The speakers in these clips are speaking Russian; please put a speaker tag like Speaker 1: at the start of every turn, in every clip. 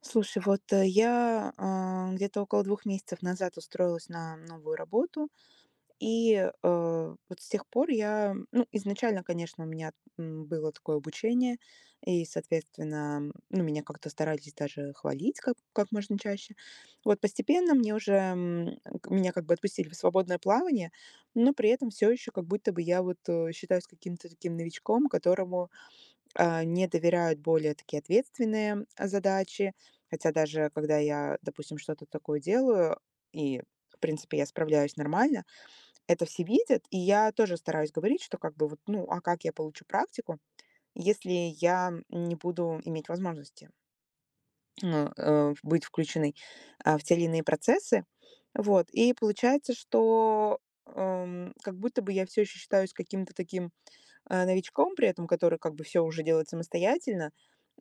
Speaker 1: Слушай, вот, где-то около двух месяцев назад устроилась на новую работу. И, вот с тех пор я ну, изначально, конечно, у меня, было такое обучение, и, соответственно, ну, меня как-то старались даже хвалить как можно чаще. Вот постепенно мне уже, м, к меня как бы отпустили в свободное плавание, но при этом все еще как будто бы я вот, считаюсь каким-то таким новичком, которому не доверяют более такие ответственные задачи. Хотя даже когда я, допустим, что-то такое делаю, и, в принципе, я справляюсь нормально, это все видят, и я тоже стараюсь говорить, что как бы вот, ну, а как я получу практику, если я не буду иметь возможности ну, быть включенной в те или иные процессы. Вот. И получается, что как будто бы я все еще считаюсь каким-то таким новичком при этом, который как бы все уже делает самостоятельно,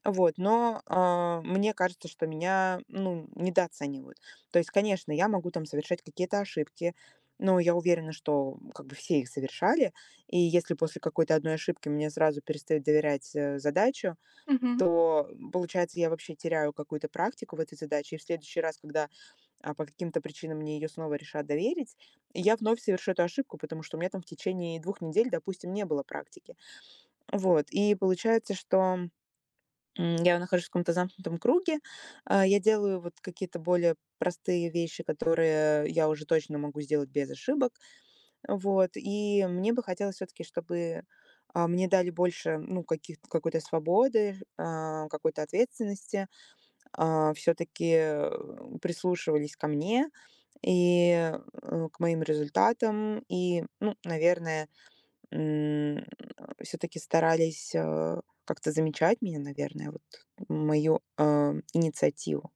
Speaker 1: вот, но, мне кажется, что меня, ну, недооценивают. То есть, конечно, я могу там совершать какие-то ошибки, но я уверена, что как бы все их совершали. И если после какой-то одной ошибки мне сразу перестают доверять, задачу,
Speaker 2: Мгм.
Speaker 1: то, получается, я вообще теряю какую-то практику в этой задаче. И в следующий раз, когда, по каким-то причинам мне ее снова решат доверить, я вновь совершу эту ошибку, потому что у меня там в течение двух недель, допустим, не было практики. Вот, и получается, что я нахожусь в каком-то замкнутом круге. Я делаю вот какие-то более простые вещи, которые я уже точно могу сделать без ошибок. Вот, и мне бы хотелось все таки чтобы, мне дали больше, ну, каких какой-то свободы, какой-то ответственности, все таки прислушивались ко мне и, к моим результатам. И, ну, наверное, все таки старались, как-то замечать меня, наверное, вот мою, инициативу.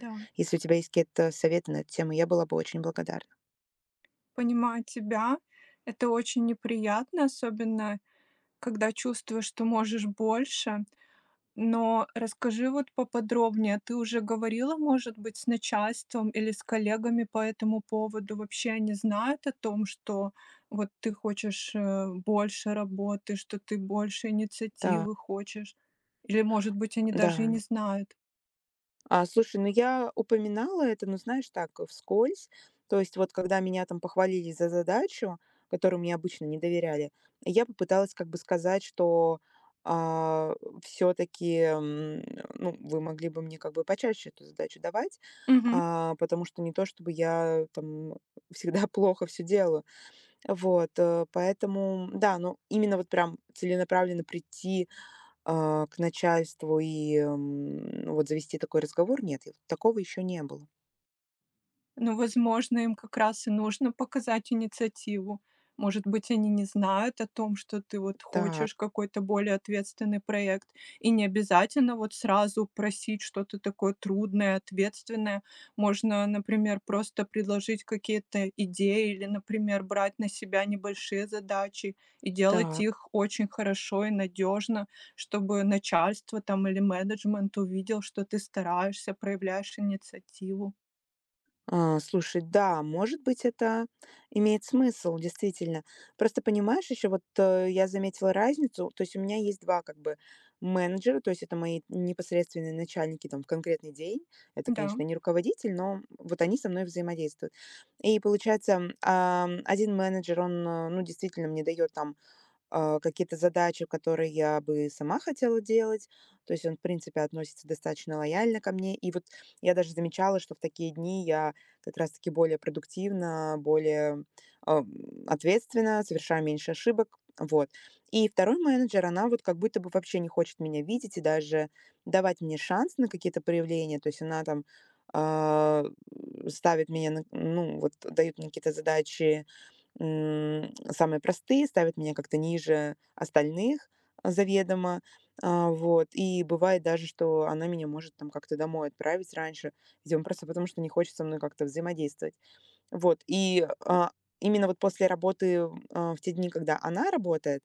Speaker 2: Да,
Speaker 1: Если у тебя есть какие-то советы на эту тему, я была бы очень благодарна.
Speaker 2: понимаю тебя. Это очень неприятно, особенно когда чувствуешь, что можешь больше. Но расскажи вот поподробнее. Ты уже говорила, может быть, с начальством или с коллегами по этому поводу? Вообще они знают о том, что вот ты хочешь больше работы, что ты больше
Speaker 1: Да,
Speaker 2: инициативы хочешь? Или, может быть, они даже и
Speaker 1: да.
Speaker 2: не знают?
Speaker 1: Слушай, ну я упоминала это, ну, знаешь, так, вскользь. То есть вот когда меня там похвалили за задачу, которую мне обычно не доверяли, я попыталась как бы сказать, что все-таки, ну, вы могли бы мне как бы почаще эту задачу давать,
Speaker 2: Мгм.
Speaker 1: потому что не то чтобы я там всегда плохо все делаю. Вот, поэтому, да, ну, именно вот прям целенаправленно прийти к начальству и, ну, вот завести такой разговор? Нет, я такого еще не было.
Speaker 2: Ну, возможно, им как раз и нужно показать инициативу. Может быть, они не знают о том, что ты вот
Speaker 1: Так,
Speaker 2: хочешь какой-то более ответственный проект. И не обязательно вот сразу просить что-то такое трудное, ответственное. Можно, например, просто предложить какие-то идеи или, например, брать на себя небольшие задачи и делать
Speaker 1: так.
Speaker 2: их очень хорошо и надежно, чтобы начальство там или менеджмент увидел, что ты стараешься, проявляешь инициативу.
Speaker 1: Слушай, да, может быть, это имеет смысл, действительно. Просто понимаешь, еще вот, я заметила разницу. То есть у меня есть 2 как бы менеджера, то есть это мои непосредственные начальники там в конкретный день. Это,
Speaker 2: Да.
Speaker 1: конечно, не руководитель, но вот они со мной взаимодействуют. И получается, 1 менеджер, он, ну, действительно мне дает там какие-то задачи, которые я бы сама хотела делать. То есть он, в принципе, относится достаточно лояльно ко мне. И вот я даже замечала, что в такие дни я как раз-таки более продуктивна, более ответственна, совершаю меньше ошибок. Вот. И второй менеджер, она вот как будто бы вообще не хочет меня видеть и даже давать мне шанс на какие-то проявления. То есть она там а, ставит меня, ну, вот дают мне какие-то задачи, самые простые ставят меня как-то ниже остальных заведомо. Вот. И бывает даже, что она меня может там как-то домой отправить раньше, видимо, просто потому, что не хочет со мной как-то взаимодействовать. Вот. И, именно вот после работы, в те дни, когда она работает,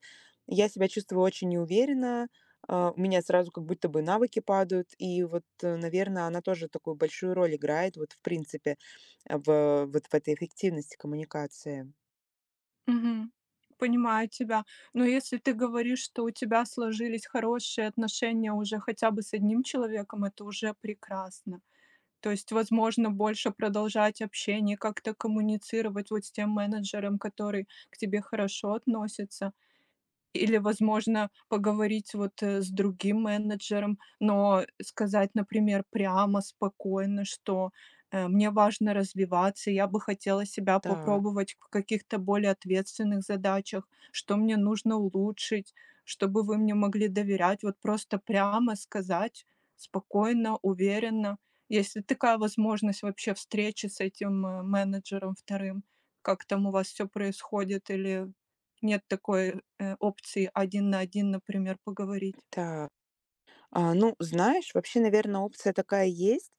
Speaker 1: я себя чувствую очень неуверенно. У меня сразу как будто бы навыки падают. И вот, наверное, она тоже такую большую роль играет вот в принципе, в этой эффективности коммуникации.
Speaker 2: Мгм. Понимаю тебя. Но если ты говоришь, что у тебя сложились хорошие отношения уже хотя бы с одним человеком, это уже прекрасно. То есть, возможно, больше продолжать общение, как-то коммуницировать вот с тем менеджером, который к тебе хорошо относится. Или, возможно, поговорить вот, с другим менеджером, но сказать, например, прямо, спокойно, что, мне важно развиваться, я бы хотела себя
Speaker 1: Так,
Speaker 2: попробовать в каких-то более ответственных задачах, что мне нужно улучшить, чтобы вы мне могли доверять. Вот просто прямо сказать, спокойно, уверенно. Если такая возможность вообще встречи с этим, менеджером вторым, как там у вас все происходит или нет такой, опции один на один, например, поговорить.
Speaker 1: так. Ну, знаешь, вообще, наверное, опция такая есть.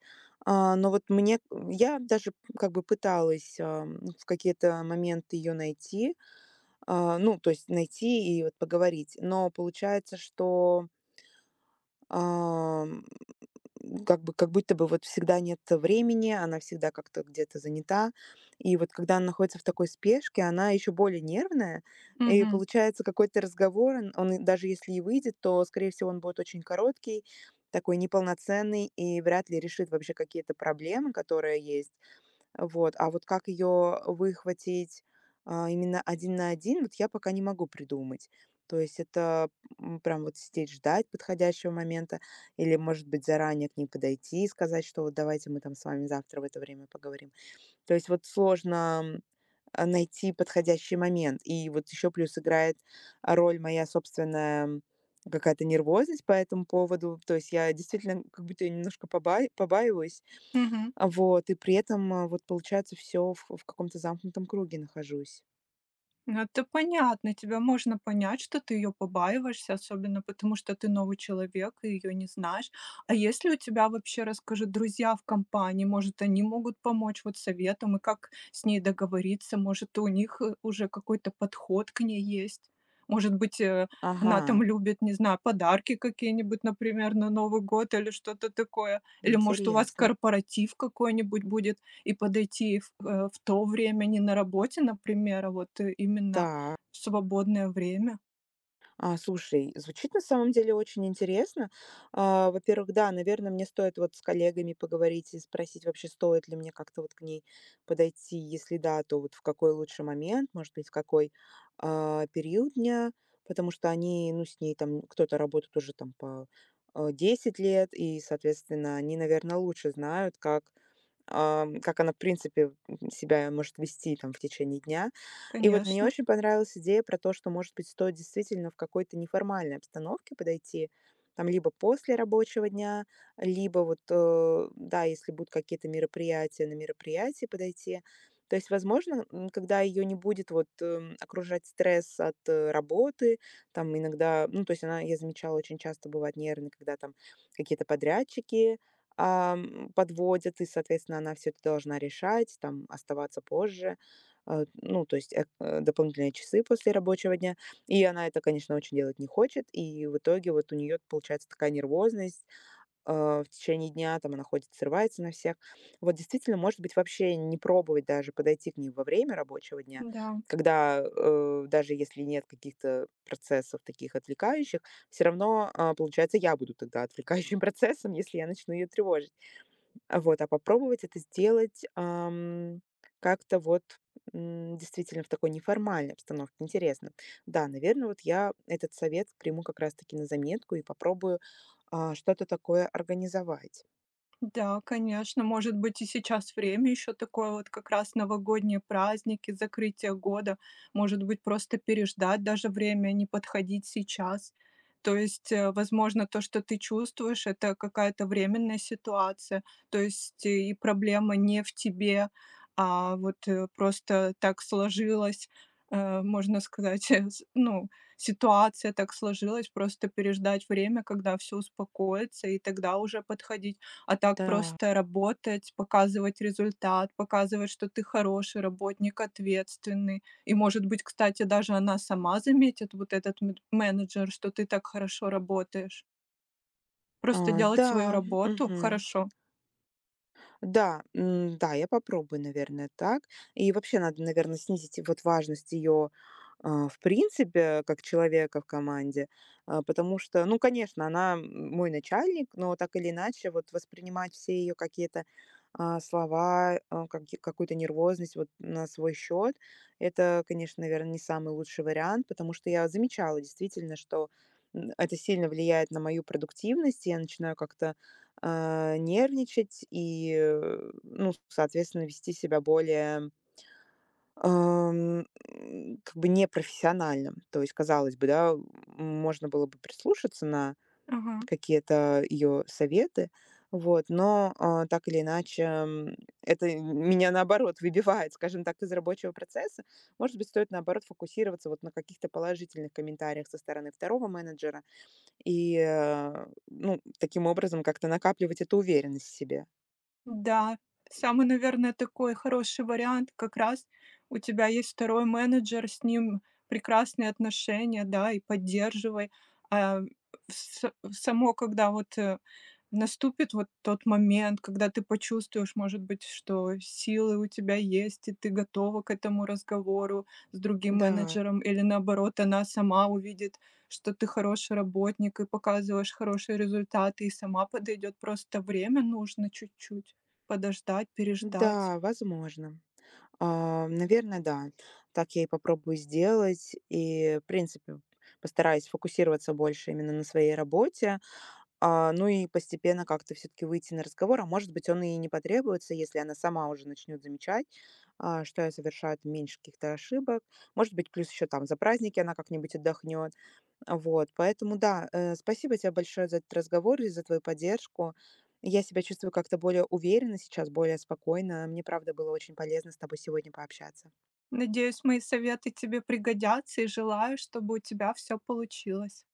Speaker 1: Но вот я даже как бы пыталась, в какие-то моменты ее найти, ну, то есть найти и вот поговорить. Но получается, что, как бы как будто бы вот всегда нет времени, она всегда как-то где-то занята. И вот когда она находится в такой спешке, она еще более нервная. И
Speaker 2: Мгм,
Speaker 1: получается какой-то разговор, он и даже если и выйдет, то, скорее всего, он будет очень короткий, такой неполноценный и вряд ли решит вообще какие-то проблемы, которые есть. Вот, а вот как ее выхватить, именно один на один, вот я пока не могу придумать. То есть это, прям вот сидеть ждать подходящего момента или, может быть, заранее к ней подойти и сказать, что вот давайте мы там с вами завтра в это время поговорим. То есть вот сложно, найти подходящий момент. И вот еще плюс играет роль моя собственная, какая-то нервозность по этому поводу. То есть я действительно как будто немножко побаиваюсь,
Speaker 2: мгм.
Speaker 1: вот, и при этом, вот получается, все в каком-то замкнутом круге нахожусь.
Speaker 2: Ну, это понятно, тебя можно понять, что ты ее побаиваешься, особенно потому, что ты новый человек и ее не знаешь. А если у тебя вообще, расскажи, друзья в компании, может, они могут помочь вот советом, и как с ней договориться, может, у них уже какой-то подход к ней есть? Может быть, она
Speaker 1: Ага,
Speaker 2: там любит, не знаю, подарки какие-нибудь, например, на Новый год или что-то такое. Или, может, у вас
Speaker 1: интересно.
Speaker 2: корпоратив какой-нибудь будет, и подойти в в то время не на работе, например, а вот именно
Speaker 1: Так,
Speaker 2: в свободное время.
Speaker 1: слушай, звучит на самом деле очень интересно. Во-первых, да, наверное, мне стоит вот с коллегами поговорить и спросить вообще, стоит ли мне как-то вот к ней подойти. Если да, то вот в какой лучший момент, может быть, в какой, период дня. Потому что они, ну, с ней там кто-то работает уже там по, 10 лет, и, соответственно, они, наверное, лучше знают, как, как она, в принципе, себя может вести там в течение дня. И вот мне
Speaker 2: Конечно,
Speaker 1: очень понравилась идея про то, что, может быть, стоит действительно в какой-то неформальной обстановке подойти, там, либо после рабочего дня, либо вот, да, если будут какие-то мероприятия, на мероприятие подойти. То есть, возможно, когда ее не будет вот окружать стресс от работы, там иногда, ну, то есть она, я замечала, очень часто бывает нервной, когда там какие-то подрядчики, подводят, и, соответственно, она все это должна решать, там, оставаться позже, ну, то есть, дополнительные часы после рабочего дня. И она это, конечно, очень делать не хочет, и в итоге вот у нее получается такая нервозность, в течение дня, там она ходит, срывается на всех. Вот действительно, может быть, вообще не пробовать даже подойти к ней во время рабочего дня,
Speaker 2: да.
Speaker 1: когда, даже если нет каких-то процессов таких отвлекающих, все равно, получается, я буду тогда отвлекающим процессом, если я начну ее тревожить. А вот, а попробовать это сделать, как-то вот, действительно в такой неформальной обстановке. Интересно. Да, наверное, вот я этот совет приму как раз таки на заметку и попробую, что-то такое организовать.
Speaker 2: Да, конечно, может быть, и сейчас время еще такое, вот как раз новогодние праздники, закрытие года. Может быть, просто переждать даже время, а не подходить сейчас. То есть, возможно, то, что ты чувствуешь, это какая-то временная ситуация. То есть, и проблема не в тебе, а вот просто так сложилось, можно сказать, ну, ситуация так сложилась, просто переждать время, когда все успокоится, и тогда уже подходить, а так
Speaker 1: Да.
Speaker 2: просто работать, показывать результат, показывать, что ты хороший работник, ответственный. И, может быть, кстати, даже она сама заметит, вот этот менеджер, что ты так хорошо работаешь. Просто
Speaker 1: А,
Speaker 2: делать свою
Speaker 1: да,
Speaker 2: работу
Speaker 1: мгм.
Speaker 2: хорошо.
Speaker 1: Да, да, я попробую, наверное, так. И вообще надо, наверное, снизить вот важность ее, в принципе, как человека в команде, потому что, ну, конечно, она, мой начальник, но так или иначе вот воспринимать все ее какие-то, слова, а, каки какую-то нервозность вот на свой счет, это, конечно, наверное, не самый лучший вариант, потому что я замечала действительно, что, это сильно влияет на мою продуктивность. И я начинаю как-то нервничать и, ну, соответственно, вести себя более, как бы непрофессионально. То есть, казалось бы, да, можно было бы прислушаться на
Speaker 2: Ага.
Speaker 1: какие-то ее советы, вот, но так или иначе, это меня наоборот выбивает, скажем так, из рабочего процесса. Может быть, стоит наоборот фокусироваться вот на каких-то положительных комментариях со стороны второго менеджера и, ну, таким образом как-то накапливать эту уверенность в себе.
Speaker 2: Да, самый, наверное, такой хороший вариант как раз у тебя есть второй менеджер, с ним прекрасные отношения, да, и поддерживай. А, в само, когда вот наступит вот тот момент, когда ты почувствуешь, может быть, что силы у тебя есть, и ты готова к этому разговору с другим
Speaker 1: Да,
Speaker 2: менеджером, или наоборот, она сама увидит, что ты хороший работник и показываешь хорошие результаты, и сама подойдет. Просто время нужно чуть-чуть подождать, переждать.
Speaker 1: да, возможно. Наверное, да. Так я и попробую сделать. И, в принципе, постараюсь фокусироваться больше именно на своей работе. Ну и постепенно как-то все таки выйти на разговор, а может быть, он и не потребуется, если она сама уже начнет замечать, что я совершаю там меньше каких-то ошибок. Может быть, плюс еще там за праздники она как-нибудь отдохнет. Вот, поэтому да, спасибо тебе большое за этот разговор и за твою поддержку. Я себя чувствую как-то более уверенно сейчас, более спокойно. Мне, правда, было очень полезно с тобой сегодня пообщаться.
Speaker 2: Надеюсь, мои советы тебе пригодятся, и желаю, чтобы у тебя все получилось.